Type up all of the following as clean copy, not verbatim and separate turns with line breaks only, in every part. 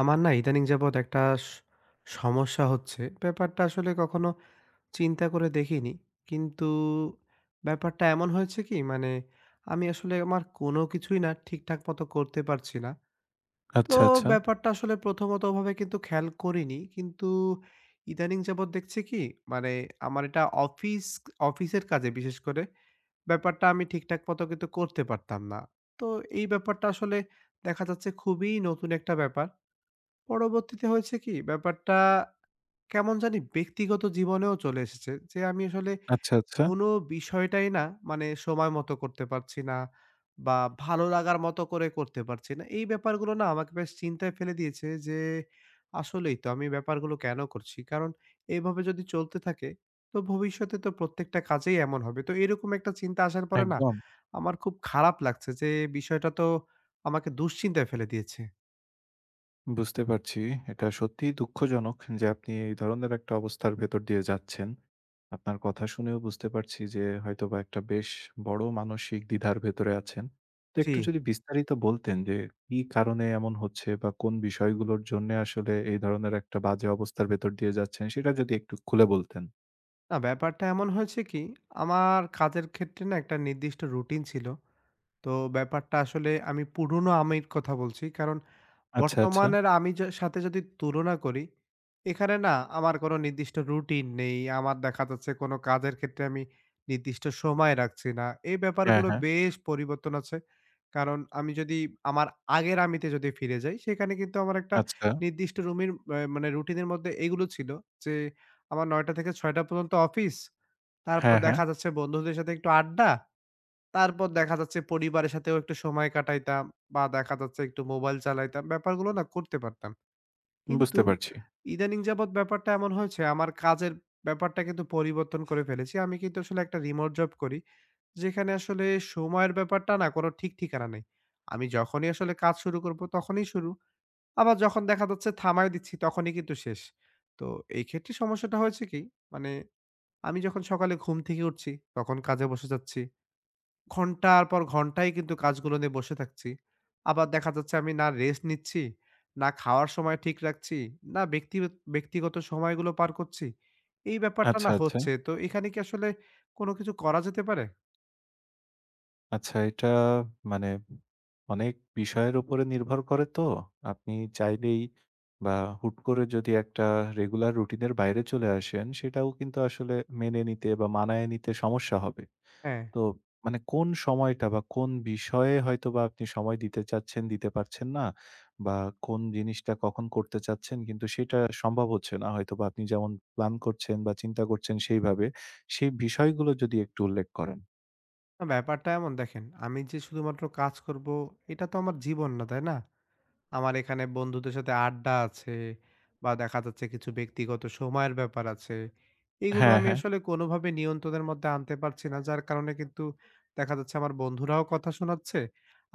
আমার না ইদানিং যাবৎ একটা সমস্যা হচ্ছে। ব্যাপারটা আসলে কখনো চিন্তা করে দেখিনি। কিন্তু ব্যাপারটা এমন হয়েছে কি মানে আমি আসলে আমার কোনো কিছুই না ঠিকঠাক মতো করতে পারছি না। তো
আচ্ছা, আচ্ছা,
ব্যাপারটা আসলে প্রথমত ওভাবে কিন্তু খেয়াল করিনি। কিন্তু ইদানিং যাবৎ দেখছি কি মানে আমার এটা অফিসের কাজে বিশেষ করে ব্যাপারটা আমি ঠিকঠাক মতো কিন্তু করতে পারতাম না। তো এই ব্যাপারটা আসলে দেখা যাচ্ছে খুবই নতুন একটা ব্যাপার। পরবর্তীতে হয়েছে কি ব্যাপারটা কেমন জানি ব্যক্তিগত জীবনেও চলে এসেছে যে আমি আসলে
আচ্ছা, আচ্ছা।
কোনো বিষয়টাই না মানে সময় মতো করতে পারছি না বা ভালো লাগার মতো করে করতে পারছি না। এই ব্যাপারগুলো না আমাকে বেশ চিন্তায় ফেলে দিয়েছে যে আসলেই তো আমি ব্যাপারগুলো কেনো করছি? কারণ এভাবে যদি চলতে থাকে তো ভবিষ্যতে তো প্রত্যেকটা কাজেই এমন হবে। তো এরকম একটা চিন্তা আসার পরে না
একদম
আমার খুব খারাপ লাগছে যে বিষয়টা তো আমাকে দুশ্চিন্তায় ফেলে দিয়েছে।
বুঝতে পারছি। এটা সত্যিই দুঃখজনক যে আপনি এই ধরনের একটা অবস্থার ভেতর দিয়ে যাচ্ছেন। আপনার কথা শুনেও বুঝতে পারছি যে হয়তোবা একটা বেশ বড় মানসিক দ্বিধার ভেতরে আছেন। তো
জি।
একটু যদি বিস্তারিত বলতেন যে কি কারণে এমন হচ্ছে বা কোন বিষয়গুলোর জন্যে আসলে এই ধরনের একটা বাজে অবস্থার ভেতর দিয়ে যাচ্ছেন সেটা যদি একটু খুলে বলতেন।
না ব্যাপারটা এমন হয়েছে কি, আমার কাজের ক্ষেত্রে না একটা নির্দিষ্ট রুটিন ছিল। তো ব্যাপারটা আসলে আমি পুরনো আমির কথা বলছি। কারণ
আচ্ছা, আচ্ছা।
বর্তমানের আমি সাথে যদি তুলনা করি, এখানে না আমার কোনো নির্দিষ্ট রুটিন নেই। আমার দেখা যাচ্ছে কোনো কাজের ক্ষেত্রে আমি নির্দিষ্ট সময় রাখছি না। এই
হ্যাঁ,
ব্যাপারগুলো
হ্যাঁ।
বেশ পরিবর্তন আছে। কারণ আমি যদি আমার আগের আমিতে যদি ফিরে যাই, সেখানে কিন্তু আমার একটা
আচ্ছা।
নির্দিষ্ট রুমির অ্যা মানে রুটিনের মধ্যে এগুলো ছিল যে আমার ৯ঃ০০ থেকে ৬ঃ০০ পর্যন্ত অফিস। তারপর
হ্যাঁ, হ্যাঁ।
দেখা যাচ্ছে বন্ধুদের সাথে একটু আড্ডা। তারপর দেখা যাচ্ছে পরিবারের সাথেও একটু সময় কাটাইতাম বা দেখা যাচ্ছে একটু মোবাইল চালাইতাম। ব্যাপারগুলো না করতে পারতাম। কিন্তু
বুঝতে পারছি।
ইদানিং যাবৎ ব্যাপারটা এমন হয়েছে আমার কাজের ব্যাপারটা কিন্তু পরিবর্তন করে ফেলেছি। আমি কিন্তু আসলে একটা রিমোট জব করি। যেখানে আসলে সময়ের ব্যাপারটা না কোনো ঠিক ঠিকানা নেই। আমি যখনই আসলে কাজ শুরু করব তখনই শুরু। আবার যখন দেখা যাচ্ছে থামায় দিচ্ছি তখনই কিন্তু শেষ। তো এই ক্ষেত্রে সমস্যাটা হয়েছে কি? মানে আমি যখন সকালে ঘুম থেকে উঠছি তখন কাজে বসে যাচ্ছি। ঘন্টার পর ঘন্টাই কিন্তু কাজগুলো নিয়ে বসে থাকছি। আবার দেখা যাচ্ছে আমি না রেস্ট নিচ্ছি, না খাওয়ার সময় ঠিক রাখছি, না ব্যক্তিগত ব্যক্তিগত সময়গুলো পার করছি। এই ব্যাপারটা
আচ্ছা,
না
আচ্ছা।
হচ্ছে। তো এখানে কি আসলে কোনো কিছু করা যেতে পারে?
আচ্ছা, এটা মানে অনেক বিষয়ের উপরে নির্ভর করে তো। আপনি চাইলেই বা হুট করে যদি একটা রেগুলার রুটিনের বাইরে চলে আসেন, সেটাও কিন্তু আসলে মেনে নিতে বা মানায় নিতে সমস্যা হবে।
হ্যাঁ,
তো মানে কোন সময়টা বা কোন বিষয়ে হয়তোবা আপনি সময় দিতে চাচ্ছেন, দিতে পারছেন না বা কোন জিনিসটা কখন করতে চাচ্ছেন কিন্তু সেটা সম্ভব হচ্ছে না। হয়তোবা আপনি যেমন প্ল্যান করছেন বা চিন্তা করছেন সেইভাবে, সেই বিষয়গুলো যদি একটু উল্লেখ করেন।
না, ব্যাপারটা এমন দেখেন, আমি যে শুধুমাত্র কাজ করব এটা তো আমার জীবন না, তাই না? আমার এখানে বন্ধুদের সাথে আড্ডা আছে বা দেখা যাচ্ছে কিছু ব্যক্তিগত সময়ের ব্যাপার আছে। এগুলো
হ্যাঁ,
আমি
হ্যাঁ,
আসলে কোনোভাবে নিয়ন্ত্রণের মধ্যে আনতে পারছি না। যার কারণে কিন্তু দেখা যাচ্ছে আমার বন্ধুরাও কথা শোনাচ্ছে,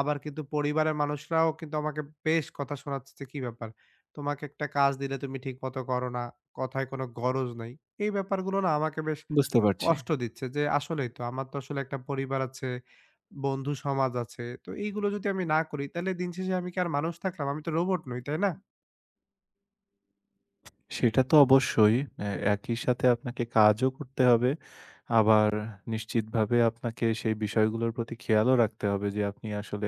আবার কিন্তু পরিবারের মানুষরাও কিন্তু আমাকে বেশ কথা শোনাচ্ছে যে, "কি ব্যাপার? তোমাকে একটা কাজ দিলে তুমি ঠিকমতো করো না। কথায় কোনো গরজ নাই।" এই ব্যাপারগুলো না আমাকে বেশ
বুঝতে পারছি।
কষ্ট দিচ্ছে যে আসলেই তো আমার তো আসলে একটা পরিবার আছে, বন্ধু সমাজ আছে। তো এইগুলো যদি আমি না করি তাহলে দিন শেষে আমি কি আর মানুষ থাকলাম? আমি তো রোবট নই, তাই না?
সেটা তো অবশ্যই। একই সাথে আপনাকে কাজও করতে হবে। আবার নিশ্চিতভাবে আপনাকে সেই বিষয়গুলোর প্রতি খেয়ালও রাখতে হবে যে আপনি আসলে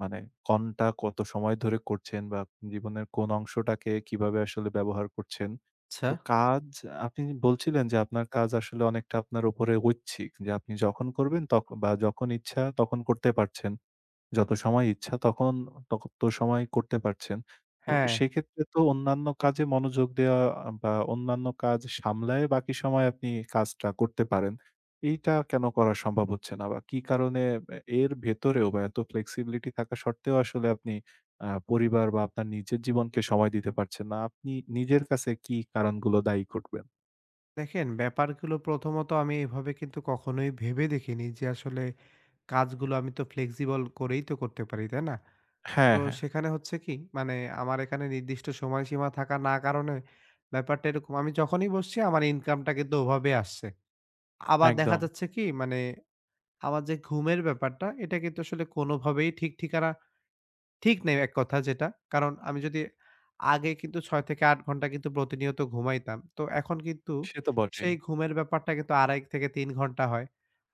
মানে কোনটা কত সময় ধরে করছেন বা জীবনের কোন অংশটাকে কিভাবে আসলে ব্যবহার করছেন।
আচ্ছা।
তো কাজ আপনি বলছিলেন যে আপনার কাজ আসলে অনেকটা আপনার উপরে ঐচ্ছিক। যে আপনি যখন করবেন বা যখন ইচ্ছা তখন করতে পারছেন। যত সময় ইচ্ছা তখন তত সময় করতে পারছেন। তো
হ্যাঁ,
সেক্ষেত্রে তো অন্যান্য কাজে মনোযোগ দেওয়া বা অন্যান্য কাজ সামলায়ে বাকি সময় আপনি কাজটা করতে পারেন। এইটা কেন করা সম্ভব হচ্ছে না? বা কি কারণে এর ভেতরেও বা এত flexibility থাকা সত্ত্বেও আসলে আপনি পরিবার বা আপনার নিজের জীবনকে সময় দিতে পারছেন না? আপনি নিজের কাছে কি কারণগুলো দায়ী করবেন?
দেখেন ব্যাপারগুলো প্রথমত আমি এভাবে কিন্তু কখনোই ভেবে দেখিনি যে আসলে কাজগুলো আমি তো ফ্লেক্সিবল করেই তো করতে পারি, তাই না? তো
হ্যাঁ, হ্যাঁ,
সেখানে হচ্ছে কি মানে আমার এখানে নির্দিষ্ট সময়সীমা থাকা না কারণে ব্যাপারটা এরকম আমি যখনই বসছি আমার ইনকামটা কিন্তু ওভাবে আসছে। আবার দেখা
একদম।
যাচ্ছে কি মানে আমার যে ঘুমের ব্যাপারটা, এটা কিন্তু আসলে কোনোভাবেই ঠিক ঠিকানা ঠিক নেই এক কথা যেটা। কারণ আমি যদি আগে কিন্তু ৬-৮ ঘন্টা কিন্তু প্রতিনিয়ত ঘুমাইতাম। তো এখন কিন্তু
সে তো বটেই।
সেই ঘুমের ব্যাপারটা কিন্তু ২.৫-৩ ঘন্টা হয়।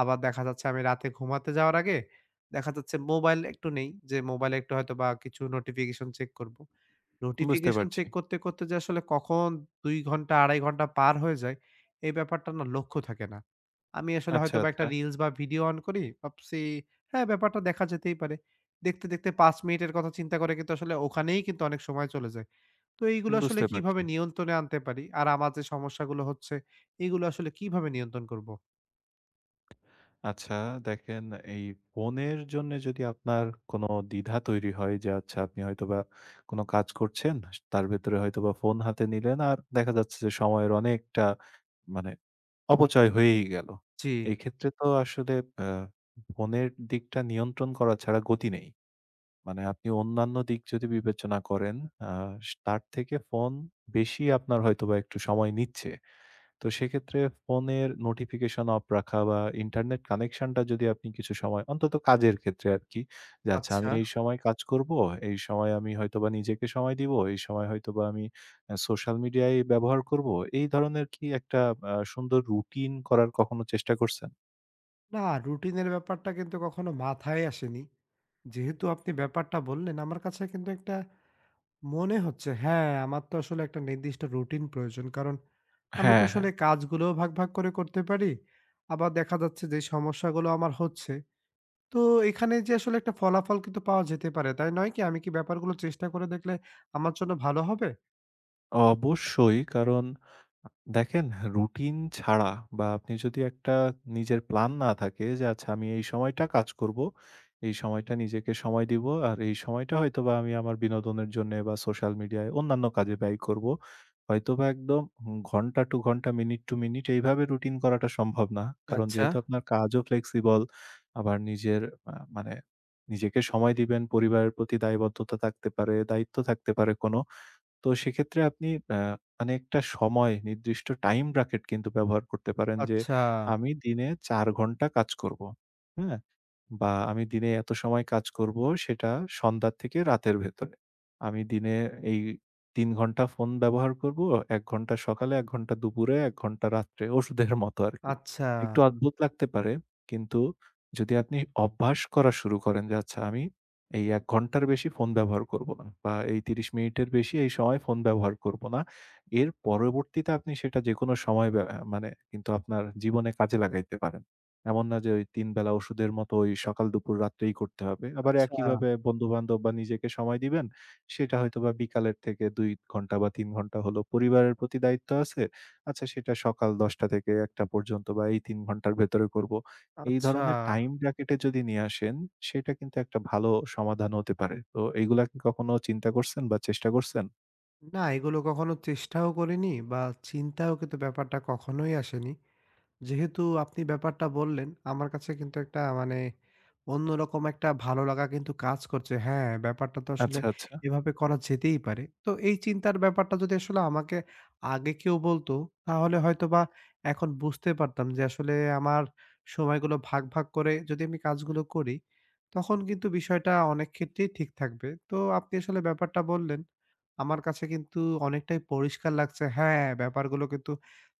আবার দেখা যাচ্ছে আমি রাতে ঘুমাতে যাওয়ার আগে দেখা যাচ্ছে মোবাইল একটু নেই যে মোবাইলে একটু হয়তো বা কিছু নোটিফিকেশন চেক করব।
বুঝতে
নোটিফিকেশন
পারছি।
চেক করতে, করতে যে আসলে কখন ২ ঘন্টা ২.৫ ঘন্টা পার হয়ে যায়, এই ব্যাপারটা না লক্ষ্য থাকে না। আমি আসলে
আচ্ছা,
হয়তোবা একটা
আচ্ছা।
রিলস বা ভিডিও অন করি, ভাবছি হ্যাঁ, ব্যাপারটা দেখা যেতেই পারে। দেখতে, দেখতে ৫ মিনিটের কথা চিন্তা করে কিন্তু আসলে ওখানেই কিন্তু অনেক সময় চলে যায়। তো এইগুলো আসলে
বুঝতে পারছি।
কিভাবে নিয়ন্ত্রণে আনতে পারি? আর আমার যে সমস্যাগুলো হচ্ছে, এগুলো আসলে কিভাবে নিয়ন্ত্রণ করব?
আচ্ছা, দেখেন এই ফোনের জন্যে যদি আপনার কোনো দ্বিধা তৈরি হয় যে আচ্ছা আপনি হয়তোবা কোনো কাজ করছেন, তার ভেতরে হয়তোবা ফোন হাতে নিলেন আর দেখা যাচ্ছে যে সময়ের অনেকটা মানে অপচয় হয়েই গেল।
জি,
এই ক্ষেত্রে তো আসলে আ ফোনের দিকটা নিয়ন্ত্রণ করা ছাড়া গতি নেই। মানে আপনি অন্যান্য দিক যদি বিবেচনা করেন আ তার থেকে ফোন বেশি আপনার হয়তোবা একটু সময় নিচ্ছে। তো সেক্ষেত্রে ফোনের নোটিফিকেশন অফ রাখা বা ইন্টারনেট কানেকশনটা যদি আপনি কিছু সময় অন্তত কাজের ক্ষেত্রে আরকি, যে আচ্ছা আমি
আচ্ছা।
এই সময় কাজ করব, এই সময় আমি হয়তোবা নিজেকে সময় দিব, এই সময় হয়তোবা আমি সোশ্যাল মিডিয়ায় ব্যবহার করব। এই ধরনের কি একটা সুন্দর রুটিন করার কখনো চেষ্টা করছেন?
না, রুটিনের ব্যাপারটা কিন্তু কখনো মাথায় আসেনি। যেহেতু আপনি ব্যাপারটা বললেন, আমার কাছে কিন্তু একটা মনে হচ্ছে হ্যাঁ, আমার তো আসলে একটা নির্দিষ্ট রুটিন প্রয়োজন। কারণ আমি তো
হ্যাঁ, হ্যাঁ।
আসলে কাজগুলোও ভাগ, ভাগ করে করতে পারি। আবার দেখা যাচ্ছে যে সমস্যাগুলো আমার হচ্ছে, তো এখানে যে আসলে একটা ফলাফল কিন্তু পাওয়া যেতে পারে, তাই নয় কি? আমি কি ব্যাপারগুলো চেষ্টা করে দেখলে আমার জন্য ভালো হবে?
অবশ্যই। কারণ দেখেন রুটিন ছাড়া বা আপনি যদি একটা নিজের প্ল্যান না থাকে যে আচ্ছা আমি এই সময়টা কাজ করব। এই সময়টা নিজেকে সময় দিব। আর এই সময়টা হয়তোবা আমি আমার বিনোদনের জন্যে বা সোশ্যাল মিডিয়ায় অন্যান্য কাজে ব্যয় করব। হয়তোবা একদম ঘন্টা টু ঘন্টা, মিনিট টু মিনিট এইভাবে রুটিন করাটা সম্ভব না। কারণ
আচ্ছা,
যেহেতু আপনার কাজও ফ্লেক্সিবল, আবার নিজের মানে নিজেকে সময় দিবেন, পরিবারের প্রতি দায়বদ্ধতা থাকতে পারে, দায়িত্ব থাকতে পারে কোনো। তো সেক্ষেত্রে আপনি আ মানে একটা সময় নির্দিষ্ট টাইম ব্র্যাকেট কিন্তু ব্যবহার করতে পারেন যে,
আচ্ছা,
আমি দিনে ৪ ঘন্টা কাজ করব। হ্যাঁ? বা আমি দিনে এত সময় কাজ করব, সেটা সন্ধ্যা থেকে রাতের ভেতরে। আমি দিনে এই ৩ ঘন্টা ফোন ব্যবহার করব, ১ ঘন্টা সকালে, ১ ঘন্টা দুপুরে, ১ ঘন্টা রাত্রে। ওষুধের মতো আরকি।
আচ্ছা,
একটু অদ্ভুত লাগতে পারে। কিন্তু যদি আপনি অভ্যাস করা শুরু করেন যে, আচ্ছা আমি এই ১ ঘন্টার বেশি ফোন ব্যবহার করব না বা এই ৩০ মিনিটের বেশি এই সময় ফোন ব্যবহার করব না। এর পরবর্তীতে আপনি সেটা যেকোনো সময় ব্যা আ মানে কিন্তু আপনার জীবনে কাজে লাগাইতে পারেন। এমন না যে ওই ৩ বেলা ওষুধের মতো ওই সকাল, দুপুর, রাত্রেই করতে হবে। আবার
আচ্ছা।
একইভাবে বন্ধু-বান্ধব বা নিজেকে সময় দিবেন, সেটা হয়তোবা বিকালের থেকে ২ ঘন্টা বা ৩ ঘন্টা হলো। পরিবারের প্রতি দায়িত্ব আছে। আচ্ছা সেটা সকাল ১০টা থেকে ১টা পর্যন্ত বা এই ৩ ঘন্টার ভেতরে করব। এই
আচ্ছা।
ধরনের টাইম ব্র্যাকেটে যদি নিয়ে আসেন, সেটা কিন্তু একটা ভালো সমাধান হতে পারে। তো এগুলা কি কখনো চিন্তা করছেন বা চেষ্টা করছেন?
না এগুলো কখনো চেষ্টাও করিনি বা চিন্তাও কিন্তু ব্যাপারটা কখনোই আসেনি। যেহেতু আপনি ব্যাপারটা বললেন, আমার কাছে কিন্তু একটা মানে অন্যরকম একটা ভালো লাগা কিন্তু কাজ করছে। হ্যাঁ, ব্যাপারটা তো আসলে
আচ্ছা, আচ্ছা।
এভাবে করা যেতেই পারে। তো এই চিন্তার ব্যাপারটা যদি আসলে আমাকে আগে কেউ বলতো, তাহলে হয়তোবা এখন বুঝতে পারতাম যে আসলে আমার সময়গুলো ভাগ, ভাগ করে যদি আমি কাজগুলো করি, তখন কিন্তু বিষয়টা অনেক ক্ষেত্রেই ঠিক থাকবে। তো আপনি আসলে ব্যাপারটা বললেন, আমার কাছে কিন্তু অনেকটাই পরিষ্কার লাগছে। হ্যাঁ, ব্যাপারগুলো কিন্তু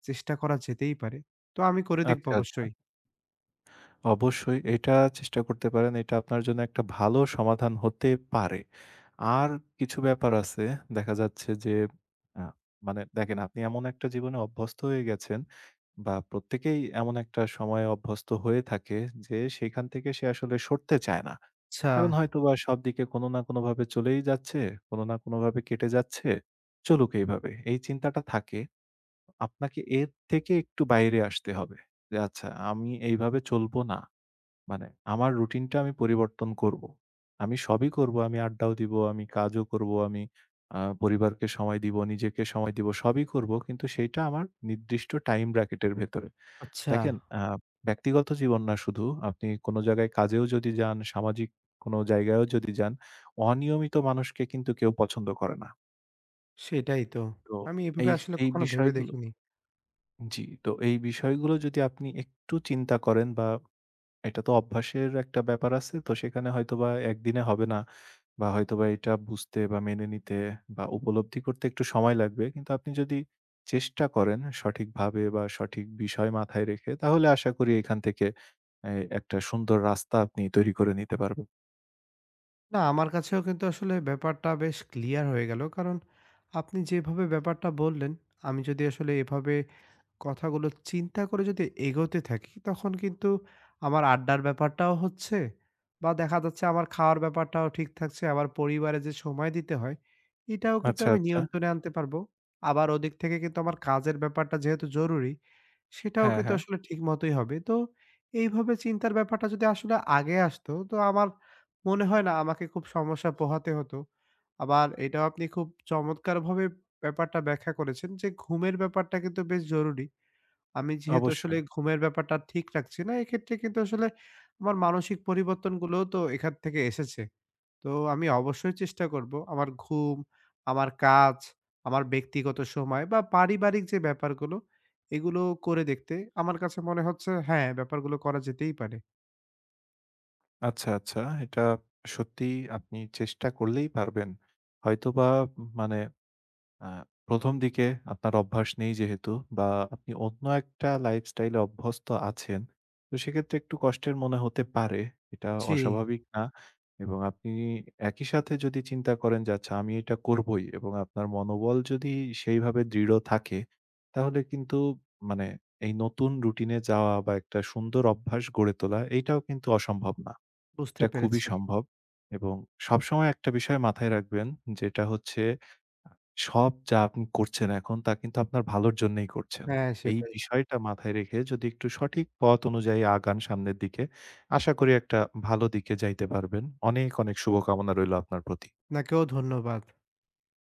চেষ্টা করা যেতেই পারে। তো আমি করে দেখব
আচ্ছা, আচ্ছা।
অবশ্যই।
অবশ্যই এটা চেষ্টা করতে পারেন। এটা আপনার জন্য একটা ভালো সমাধান হতে পারে। আর কিছু ব্যাপার আছে, দেখা যাচ্ছে যে আ মানে দেখেন আপনি এমন একটা জীবনে অভ্যস্ত হয়ে গেছেন বা প্রত্যেকেই এমন একটা সময়ে অভ্যস্ত হয়ে থাকে যে সেখান থেকে সে আসলে সরতে চায় না।
আচ্ছা,
কারণ হয়তোবা সবদিকে কোনো না কোনোভাবে চলেই যাচ্ছে, কোনো না কোনোভাবে কেটে যাচ্ছে। চলুক এইভাবে। এই চিন্তাটা থাকে। আপনাকে এর থেকে একটু বাইরে আসতে হবে। যে আচ্ছা আমি এইভাবে চলবো না। মানে আমার রুটিনটা আমি পরিবর্তন করব। আমি সবই করব। আমি আড্ডাও দিব, আমি কাজও করব, আমি পরিবারকে সময় দিব, নিজেকে সময় দিব, সবই করব। কিন্তু সেইটা আমার নির্দিষ্ট টাইম ব্র্যাকেটের ভেতরে।
আচ্ছা।
দেখেন ব্যক্তিগত জীবন না শুধু, আপনি কোন জায়গায় কাজেও যদি যান, সামাজিক কোন জায়গায়ও যদি যান, অনিয়মিত মানুষকে কিন্তু কেউ পছন্দ করে না।
সেটাই তো।
তো
আমি এভাবে
এই
আসলে
এই
কখনো ভেবে
বিষয়গুলো
দেখিনি।
তো এই বিষয়গুলো যদি আপনি একটু চিন্তা করেন বা এটা তো অভ্যাসের একটা ব্যাপার আছে। তো সেখানে হয়তোবা একদিনে হবে না বা হয়তোবা এটা বুঝতে বা মেনে নিতে বা উপলব্ধি করতে একটু সময় লাগবে। কিন্তু আপনি যদি চেষ্টা করেন সঠিকভাবে বা সঠিক বিষয় মাথায় রেখে, তাহলে আশা করি এখান থেকে এ একটা সুন্দর রাস্তা আপনি তৈরি করে নিতে পারবেন।
না আমার কাছেও কিন্তু আসলে ব্যাপারটা বেশ ক্লিয়ার হয়ে গেল। কারণ আপনি যেভাবে ব্যাপারটা বললেন, আমি যদি আসলে এভাবে কথাগুলো চিন্তা করে যদি এগোতে থাকি, তখন কিন্তু আমার আড্ডার ব্যাপারটাও হচ্ছে বা দেখা যাচ্ছে আমার খাওয়ার ব্যাপারটাও ঠিক থাকছে। আমার পরিবারে যে সময় দিতে হয়, এটাও কিন্তু
আচ্ছা,
আমি
আচ্ছা।
নিয়ন্ত্রণে আনতে পারবো। আবার ওদিক থেকে কিন্তু আমার কাজের ব্যাপারটা যেহেতু জরুরি, সেটাও
হ্যাঁ,
কিন্তু
হ্যাঁ,
আসলে ঠিক মতোই হবে। তো এইভাবে চিন্তার ব্যাপারটা যদি আসলে আগে আসতো, তো আমার মনে হয় না আমাকে খুব সমস্যা পোহাতে হতো। আবার এটাও আপনি খুব চমৎকারভাবে ব্যাপারটা ব্যাখ্যা করেছেন যে ঘুমের ব্যাপারটা কিন্তু বেশ জরুরি। আমি যেহেতু আসলে
অবশ্যই।
ঘুমের ব্যাপারটা ঠিক রাখছি না, এক্ষেত্রে কিন্তু আসলে আমার মানসিক পরিবর্তনগুলোও তো এখান থেকে এসেছে। তো আমি অবশ্যই চেষ্টা করব আমার ঘুম, আমার কাজ, আমার ব্যক্তিগত সময় বা পারিবারিক যে ব্যাপারগুলো, এগুলো করে দেখতে। আমার কাছে মনে হচ্ছে হ্যাঁ, ব্যাপারগুলো করা যেতেই পারে।
আচ্ছা, আচ্ছা। এটা সত্যিই আপনি চেষ্টা করলেই পারবেন। হয়তোবা মানে আ ১ম দিকে আপনার অভ্যাস নেই যেহেতু বা আপনি অন্য একটা লাইফস্টাইলে অভ্যস্ত আছেন, তো সেক্ষেত্রে একটু কষ্টের মনে হতে পারে। এটা
জি,
অস্বাভাবিক না, এবং আপনি একই সাথে যদি চিন্তা করেন যে, "আচ্ছা আমি এটা করবই" এবং আপনার মনোবল যদি সেইভাবে দৃঢ় থাকে, তাহলে কিন্তু মানে এই নতুন রুটিনে যাওয়া বা একটা সুন্দর অভ্যাস গড়ে তোলা এইটাও কিন্তু অসম্ভব না।
বুঝতে
এটা খুবই
পেরেছি।
সম্ভব এবং সবসময় একটা বিষয় মাথায় রাখবেন যেটা হচ্ছে, আ সব যা আপনি করছেন এখন তা কিন্তু আপনার ভালোর জন্যই করছেন।
হ্যাঁ,
এই
সেটাই।
বিষয়টা মাথায় রেখে যদি একটু সঠিক পথ অনুযায়ী আগান সামনের দিকে, আশা করি একটা ভালো দিকে যাইতে পারবেন। অনেক, অনেক শুভকামনা রইল আপনার প্রতি।
আপনাকেও ধন্যবাদ।